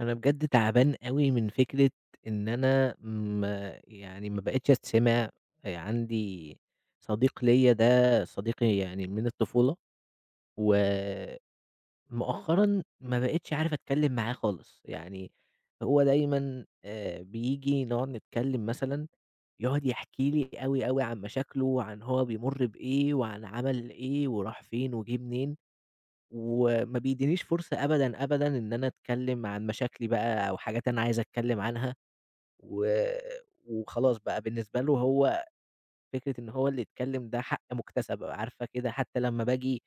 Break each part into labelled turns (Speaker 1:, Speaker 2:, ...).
Speaker 1: أنا بجد تعبان أوي من فكرة إن أنا ما يعني ما بقيتش أتسمع، عندي صديق ليّا ده صديقي يعني من الطفولة، ومؤخرًا ما بقيتش عارف أتكلّم معاه خالص، يعني هو دايمًا بييجي نقعد نتكلّم مثلًا، يقعد يحكي لي أوي، أوي عن مشاكله وعن هو بيمُر بإيه وعن عمل إيه وراح فين وجِه منين. وما بيدّينيش فرصة أبدًا، أبدًا إن أنا أتكلّم عن مشاكلي بقى أو حاجات أنا عايز أتكلّم عنها و وخلاص بقى بالنسبة له هو فكرة إن هو اللي يتكلّم ده حق مُكتسب، عارفة كده حتّى لمّا باجي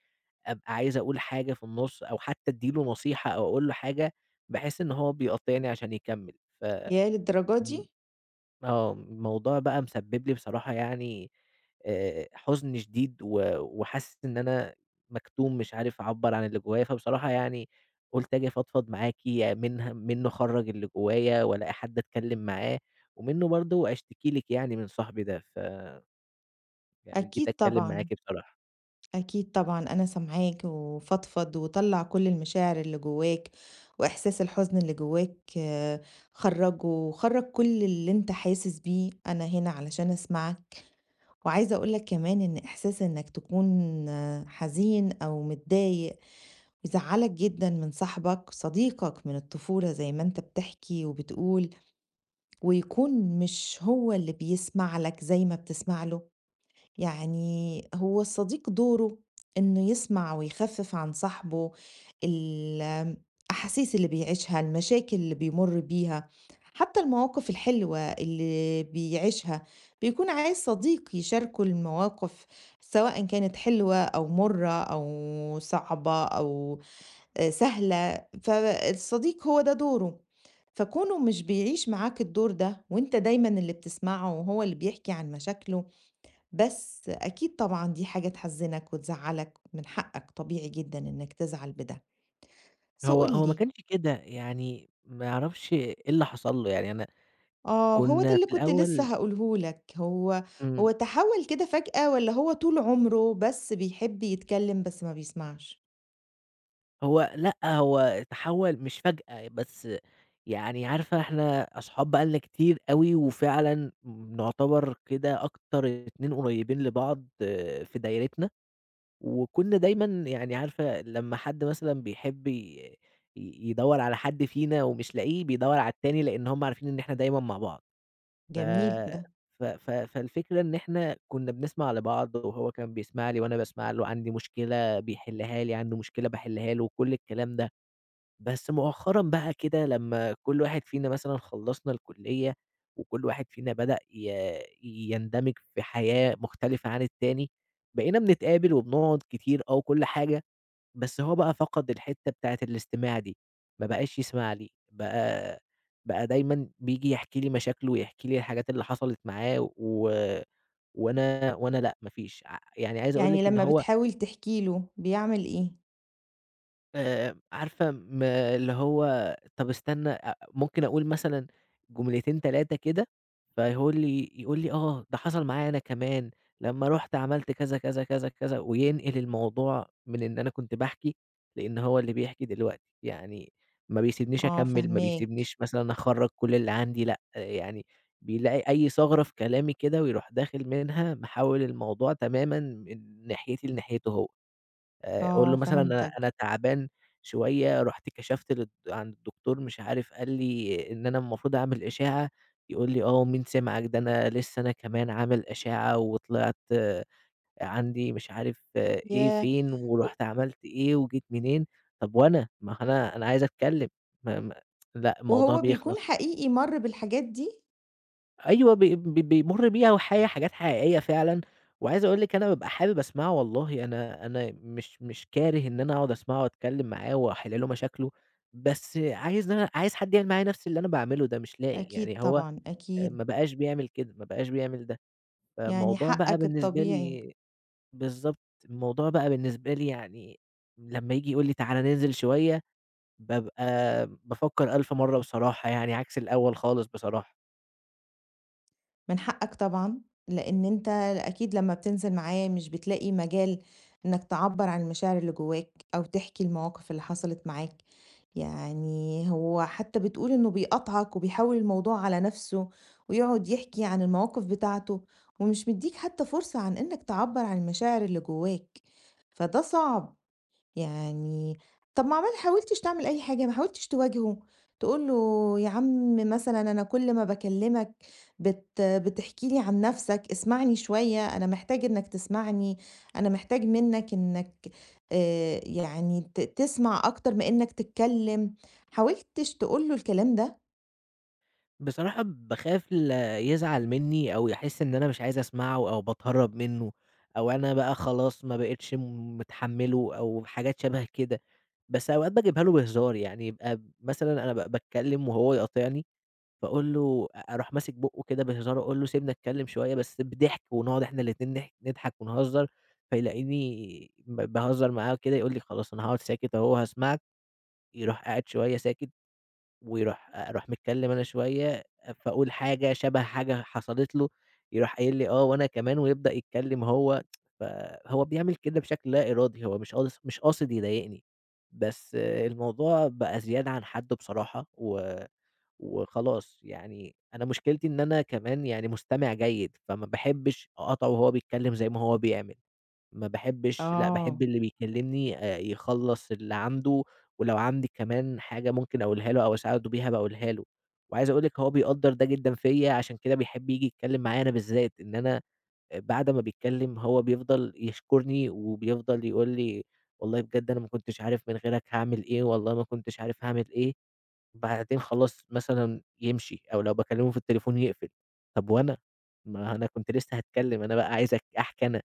Speaker 1: أبقى عايز أقول حاجة في النُص أو حتّى أدّي له نصيحة أو أقول له حاجة، باحس إن هو بيقاطعني عشان يكمّل ف
Speaker 2: ياه للدرجة دي!
Speaker 1: آه، الموضوع بقى مسبب لي بصراحة يعني حزن شديد و وحاسس إن أنا مكتوم مش عارف أعبّر عن اللي جوايا، فبصراحة يعني قُلت آجي أفضفض معاكِ منه أخرّج اللي جوايا وألاقي حد أتكلم معاه، ومنه برضه أشتكي لِك يعني من صاحبي ده، يعني جيت
Speaker 2: أكيد
Speaker 1: أتكلم
Speaker 2: طبعًا،
Speaker 1: معاكِ بصراحة.
Speaker 2: أكيد طبعًا، أنا سامعاك وفضفض وطلّع كل المشاعر اللي جواك، وإحساس الحزن اللي جواك آه، خرّجه، خرّج كل اللي أنت حاسس بيه، أنا هنا علشان أسمعك. وعايزة أقول لك كمان إن إحساس إنك تكون حزين أو متضايق يزعّلك جدًا من صاحبك، صديقك من الطفولة زي ما أنت بتحكي وبتقول، ويكون مش هو اللي بيسمع لك زي ما بتسمع له. يعني هو الصديق دوره إنه يسمع ويخفف عن صاحبه ال- الأحاسيس اللي بيعيشها، المشاكل اللي بيمر بيها، حتى المواقف الحلوة اللي بيعيشها، بيكون عايز صديق يشاركه المواقف سواء كانت حلوة أو مرة أو صعبة أو سهلة. فالصديق هو ده دوره، فكونه مش بيعيش معاك الدور ده وانت دايما اللي بتسمعه وهو اللي بيحكي عن مشاكله، بس أكيد طبعًا دي حاجة تحزّنك وتزعّلك، من حقك، طبيعي جدًا إنّك تزعل بده. بس
Speaker 1: هو
Speaker 2: قُل
Speaker 1: هو ما
Speaker 2: لي،
Speaker 1: كانش كده، يعني ما أعرفش إيه اللي حصل له، يعني أنا
Speaker 2: آه، هو ده
Speaker 1: كنا
Speaker 2: اللي
Speaker 1: في
Speaker 2: كنت لسّه
Speaker 1: الأول
Speaker 2: هاقوله لك. هو
Speaker 1: إمم،
Speaker 2: تحوّل كده فجأة والّا هو طول عمره بس بيحب يتكلّم بس ما بيسمعش؟
Speaker 1: هو لأ، هو تحوّل مش فجأة بس يعني عارفة إحنا أصحاب بقى لنا كتير أوي، وفعلًا نعتبر كده أكتر 2 قريبين لبعض آه، في دايرتنا، وكنا دايمًا يعني عارفة لمّا حد مثلًا بيحب ي ي يدوّر على حد فينا ومش لاقيه، بيدوّر على التاني، لإن هم عارفين إن إحنا دايمًا مع بعض. ف
Speaker 2: جميل ده.
Speaker 1: ف ف فالفكرة إن إحنا كنا بنسمع لبعض، وهو كان بيسمع لي وأنا باسمع له، عندي مشكلة بيحلها لي، عنده مشكلة باحلها له، وكل الكلام ده. بس مؤخرًا بقى كده لمّا كل واحد فينا مثلًا خلّصنا الكلية، وكل واحد فينا بدأ يندمج في حياة مختلفة عن التاني، بقينا بنتقابل وبنقعد كتير آه وكل حاجة، بس هو بقى فقد الحتّة بتاعة الاستماع دي، ما بقاش يسمع لي، بقى دايمًا بييجي يحكي لي مشاكله ويحكي لي الحاجات اللي حصلت معاه و وأنا لأ ما فيش، يعني عايز أقول
Speaker 2: يعني
Speaker 1: لِك إن
Speaker 2: لمّا
Speaker 1: هو
Speaker 2: بتحاول تحكي له بيعمل إيه؟
Speaker 1: عارفة اللي هو طَب استنى ممكن أقول مثلًا جملتين 3 كده، فيقول لي يقول لي: "آه، ده حصل معايا أنا كمان، لمّا رُحت عملت كذا، كذا، كذا، كذا." وينقل الموضوع من إن أنا كنت باحكي لإن هو اللي بيحكي دلوقتي، يعني ما بيسيبنيش
Speaker 2: آه
Speaker 1: أكمّل، ما
Speaker 2: فاهماك.
Speaker 1: بيسيبنيش مثلًا أخرّج كل اللي عندي لأ، آه، يعني بيلاقي أي ثغرة في كلامي كده ويروح داخل منها محوّل الموضوع تمامًا من ناحيتي لناحيته هو. قُل
Speaker 2: آه
Speaker 1: له مثلًا أنا
Speaker 2: فهمتك.
Speaker 1: أنا تعبان شوية، رُحت كشفت عند الدكتور مش عارف قال لي إن أنا المفروض أعمل إشاعة، يقول لي: "آه مين سمعك ده أنا لسه أنا كمان عامل إشاعة وطلعت آه، عندي مش عارف آه، إيه
Speaker 2: ياه!
Speaker 1: فين،
Speaker 2: و
Speaker 1: ورُحت عملت إيه وجيت منين." طب وأنا؟ ما هو أنا عايز أتكلم ما ما لأ الموضوع
Speaker 2: وهو
Speaker 1: بيخلص.
Speaker 2: بيكون حقيقي مَر بالحاجات دي؟
Speaker 1: أيوه بي بي بيمُر بيها وحي حاجات حقيقية فعلًا، وعايز أقول لِك أنا بابقى حابب أسمعه والله، أنا مش كاره إن أنا أقعد أسمعه وأتكلّم معاه وأحل له مشاكله، بس عايز إن أنا عايز حد يعمل معايا نفس اللي أنا باعمله ده، مش لاقي،
Speaker 2: أكيد
Speaker 1: يعني هو
Speaker 2: طبعًا، أكيد،
Speaker 1: ما بقاش بيعمل كده، ما بقاش بيعمل ده،
Speaker 2: يعني
Speaker 1: فالموضوع بقى
Speaker 2: حقك
Speaker 1: بالنسبة
Speaker 2: الطبيعي.
Speaker 1: لي بالضبط، الموضوع بقى بالنسبة لي يعني لمّا ييجي يقول لي تعالَ ننزل شوية، بابقى بافكّر ألف مرّة بصراحة يعني، عكس الأول خالص بصراحة.
Speaker 2: من حقك طبعًا، لإن أنت أكيد لمّا بتنزل معاه مش بتلاقي مجال إنك تعبّر عن المشاعر اللي جواك أو تحكي المواقف اللي حصلت معاك. يعني هو حتى بتقول إنه بيقاطعك وبيحوّل الموضوع على نَفْسه ويقعد يحكي عن المواقف بتاعته ومش مدّيك حتى فرصة عن إنك تعبّر عن المشاعر اللي جواك، فده صعب يعني. طب ما عمال حاولتش تعمل أي حاجة، ما حاولتش تواجهه، تقول له يا عم مثلًا أنا كل ما باكلمك بتحكي لي عن نفسك، اسمعني شوية، أنا محتاج إنك تسمعني، أنا محتاج منك إنك يعني تسمع أكتر ما إنك تتكلم. حاولتش تقول له الكلام ده؟
Speaker 1: بصراحة باخاف لا يزعل منّي أو يحس إن أنا مش عايز أسمعه أو باتهرّب منّه أو أنا بقى خلاص ما بقيتش متحمّله أو حاجات شَبه كده، بس أوقات باجيبها له بهزار، يعني يبقى مثلًا أنا باتكلّم وهو يقاطعني فأقول له أروح ماسك بُقّه كده بهزار أقول له سيبنا أتكلّم شوية بس بضحك ونقعد إحنا الاتنين نضحك ونهزّر، فيلاقيني باهزّر معاه وكده يقول لي: "خلاص أنا هاقعد ساكت أهو هاسمعك." يروح قاعد شوية ساكت أروح متكلم أنا شوية، فأقول حاجة شبه حاجة حصلت له، يروح قايل لي آه وأنا كمان ويبدأ يتكلم هو، فهو بيعمل كده بشكل لا إرادي، هو مش قاصد يضايقني، بس الموضوع بقى زيادة عن حده بصراحة، و وخلاص يعني أنا مشكلتي إن أنا كمان يعني مستمع جيد، فما باحبش أقاطعه وهو بيتكلم زي ما هو بيعمل. ما باحبش لأ، باحب
Speaker 2: آه،
Speaker 1: اللي بيكلمني يخلّص اللي عنده، ولو عندي كمان حاجة ممكن أقولها له أو أساعده بيها باقولها له، وعايز أقول لِك هو بيقدّر ده جدًا فيّا، عشان كده بيحب ييجي يتكلم معايا أنا بالذات، إن أنا بعد ما بيتكلم هو بيفضل يشكرني، وبيفضل يقول لي والله بجد أنا ما كنتش عارف من غيرك هاعمل إيه، والله ما كنتش عارف هاعمل إيه، بعدين خلاص مثلًا يمشي، أو لو باكلمه في التليفون يقفل، طب وأنا؟ ما أنا كنت لسه هاتكلم، أنا بقى عايز أحكي أنا.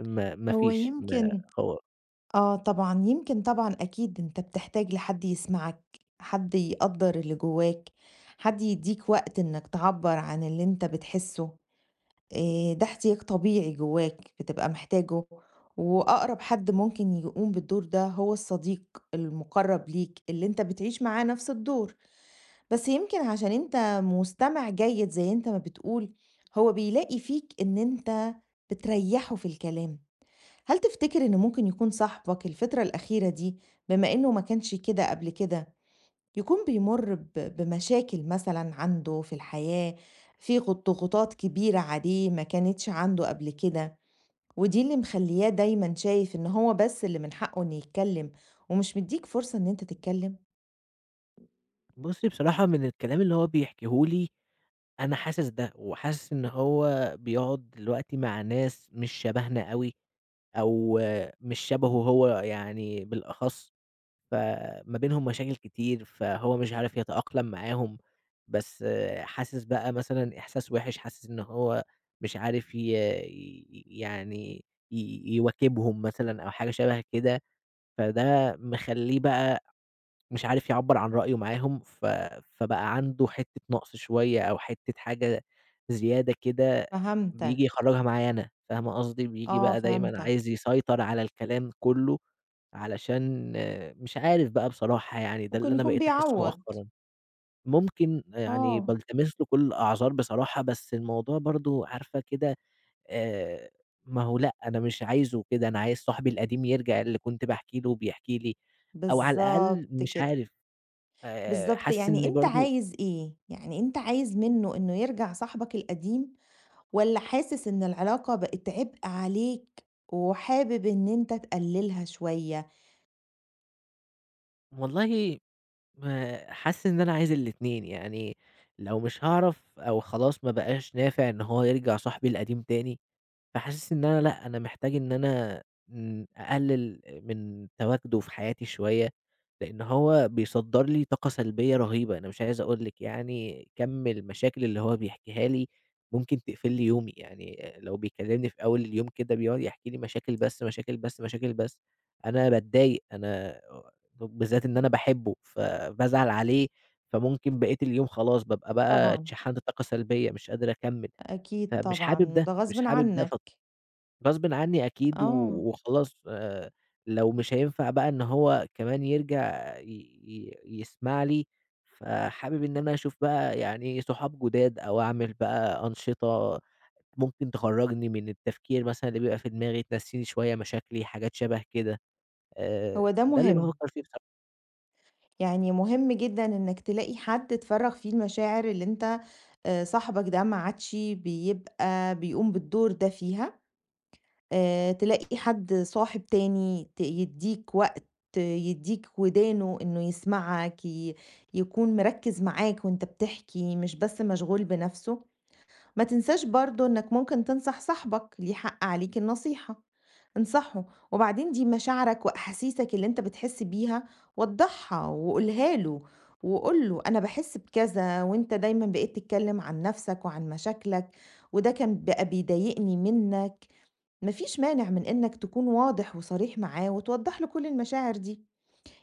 Speaker 2: هو
Speaker 1: ما
Speaker 2: يمكن.
Speaker 1: هو
Speaker 2: آه طبعًا، يمكن طبعًا أكيد أنت بتحتاج لحد يسمعك، حد يقدّر اللي جواك، حد يدّيك وقت إنك تعبّر عن اللي أنت بتحسّه. ده احتياج طبيعي جواك بتبقى محتاجه، وأقرب حد ممكن يقوم بالدور ده هو الصديق المُقرّب ليك، اللي أنت بتعيش معاه نفْس الدور. بس يمكن عشان أنت مستمع جيد زي أنت ما بتقول، هو بيلاقي فيك إن أنت بتريّحه في الكلام. هل تفتكر إن ممكن يكون صاحبك الفترة الأخيرة دي، بما إنه ما كانش كده قبل كده، يكون بيمُر بمشاكل مثلًا عنده في الحياة، في ضغوطات كبيرة عليه ما كانتش عنده قبل كده، ودي اللي مخلّياه دايمًا شايف إن هو بس اللي من حقه إنه يتكلّم، ومش مدّيك فرصة إن أنت تتكلّم؟
Speaker 1: بُصّي بصراحة من الكلام اللي هو بيحكيه لي أنا حاسس ده، وحاسس إن هو بيقعد دلوقتي مع ناس مش شبهنا أوي، أو مش شبهه هو يعني بالأخص، فما بينهم مشاكل كتير، فهو مش عارف يتأقلم معاهم، بس حاسس بقى مثلًا إحساس وِحِش، حاسس إن هو مش عارف ي ي يعني يواكبهم مثلًا أو حاجة شبه كده، فده مخلّيه بقى مش عارف يعبّر عن رأيه معاهم، فبقى عنده حتّة نقص شوية أو حتّة حاجة زيادة كده بييجي
Speaker 2: فهمتك،
Speaker 1: يخرّجها معايا أنا، فاهمة قصدي؟ بييجي
Speaker 2: آه
Speaker 1: بقى دايمًا
Speaker 2: فهمتك،
Speaker 1: عايز يسيطر على الكلام كُلّه علشان آه، مش عارف بقى بصراحة يعني، ده اللي
Speaker 2: ممكن
Speaker 1: أنا
Speaker 2: يكون
Speaker 1: بقيت أحسّه
Speaker 2: بيعوّض.
Speaker 1: مؤخرًا. ممكن يعني
Speaker 2: آه،
Speaker 1: بالتمس له كل الأعذار بصراحة، بس الموضوع برضه عارفة كده آآ، ما هو لأ، أنا مش عايزه كده، أنا عايز صاحبي القديم يرجع اللي كنت باحكي له وبيحكي لي، أو على
Speaker 2: بالضبط
Speaker 1: الأقل مش
Speaker 2: كده.
Speaker 1: عارف
Speaker 2: بالضبط،
Speaker 1: حاسس
Speaker 2: يعني
Speaker 1: إن
Speaker 2: أنت
Speaker 1: برضه
Speaker 2: عايز إيه؟ يعني أنت عايز منّه إنه يرجع صاحبك القديم والّا حاسس إن العلاقة بقت عبء عليك وحابب إن أنت تقللها شوية؟
Speaker 1: والله ما حاسس إن أنا عايز الاتنين، يعني لو مش هاعرف أو خلاص ما بقاش نافع إن هو يرجع صاحبي القديم تاني، فحاسس إن أنا لأ، أنا محتاج إن أنا أقلل من تواجده في حياتي شوية، لإن هو بيصدّر لي طاقة سلبية رهيبة، أنا مش عايز أقول لِك يعني كَم المشاكل اللي هو بيحكيها لي ممكن تقفل لي يومي، يعني لو بيكلمني في أول اليوم كده بيقعد يحكي لي مشاكل بس، مشاكل بس، مشاكل بس، أنا باتضايق، أنا بالذات إن أنا باحبه، فبازعل عليه، فممكن بقية اليوم خلاص بابقى بقى
Speaker 2: طبعًا.
Speaker 1: اتشحنت طاقة سلبية مش قادر أكمّل،
Speaker 2: أكيد
Speaker 1: فمش حابب
Speaker 2: طبعًا،
Speaker 1: ده،
Speaker 2: ده غصبٍ
Speaker 1: مش حابب ده
Speaker 2: عنك.
Speaker 1: غصبٍ عني أكيد و
Speaker 2: آه،
Speaker 1: وخلاص لو مش هينفع بقى إن هو كمان يرجع ي ي يسمع لي، فحابب إن أنا أشوف بقى يعني صحاب جداد أو أعمل بقى أنشطة ممكن تخرّجني من التفكير مثلًا اللي بيبقى في دماغي، تنسيني شوية مشاكلي، حاجات شبه كده،
Speaker 2: هو ده
Speaker 1: ده اللي
Speaker 2: مهم.
Speaker 1: بافكّر فيه بصراحة.
Speaker 2: يعني مهم جدًا إنك تلاقي حد تفرّغ فيه المشاعر اللي أنت، صاحبك ده ما عادش بيبقى بيقوم بالدور ده فيها. تلاقي حد صاحب تاني يدّيك وقت، يدّيك ودانه إنه يسمعك، يكون مركّز معاك وأنت بتحكي، مش بس مشغول بنَفْسه. ما تنساش برضه إنّك ممكن تنصح صاحبك، ليه حق عليك النصيحة، انصحه. وبعدين دي مشاعرك وأحاسيسك اللي أنت بتحس بيها، وضّحها وقولها له، وقُل له أنا باحس بكذا وأنت دايمًا بقيت تتكلّم عن نَفْسك وعن مشاكلك، وده كان بقى بيضايقني منّك. مفيش مانع من إنك تكون واضح وصريح معاه وتوضح له كل المشاعر دي.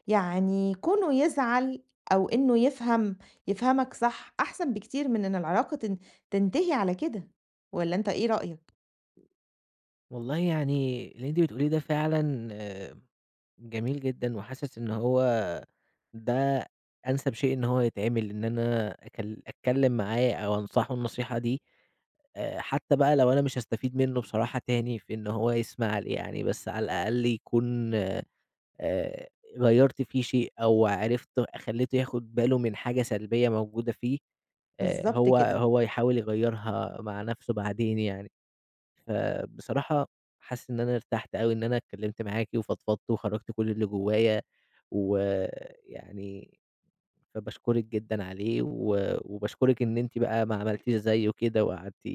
Speaker 2: يعني كونه يزعل أو إنه يفهم يفهمك صح أحسن بكتير من إن العلاقة تنتهي على كده، ولا أنت إيه رأيك؟
Speaker 1: والله يعني اللي أنتِ بتقوليه ده فعلًا جميل جدًا، وحاسس إن هو ده أنسب شيء إن هو يتعمل، إن أنا أتكلّم معاه أو أنصحه النصيحة دي، حتى بقى لو أنا مش هاستفيد منّه بصراحة تاني في إن هو يسمع لي يعني، بس على الأقل يكون آآ غيّرت فيه شيء أو عرفت خلّيته ياخد باله من حاجة سلبية موجودة فيه،
Speaker 2: بالظبط
Speaker 1: هو
Speaker 2: كده.
Speaker 1: هو يحاول يغيّرها مع نَفْسه بعدين يعني. فبصراحة حاسس إن أنا ارتحت أوي إن أنا اتكلّمت معاكِ وفضفضت وخرّجت كل اللي جوّايا. ويعني فباشكرِك جدًا عليه و وباشكرِك إن أنتِ بقى ما عملتيش زيه كده وقعدتِ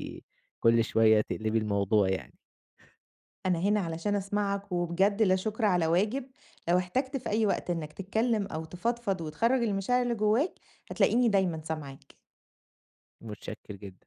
Speaker 1: كل شوية تقلبي الموضوع يعني،
Speaker 2: أنا هنا علشان أسمعك، وبجد لا شكر على واجب. لو احتجت في أي وقت إنك تتكلم أو تفضفض وتخرج المشاعر اللي جواك هتلاقيني دايما سامعاك.
Speaker 1: متشكر جدًا.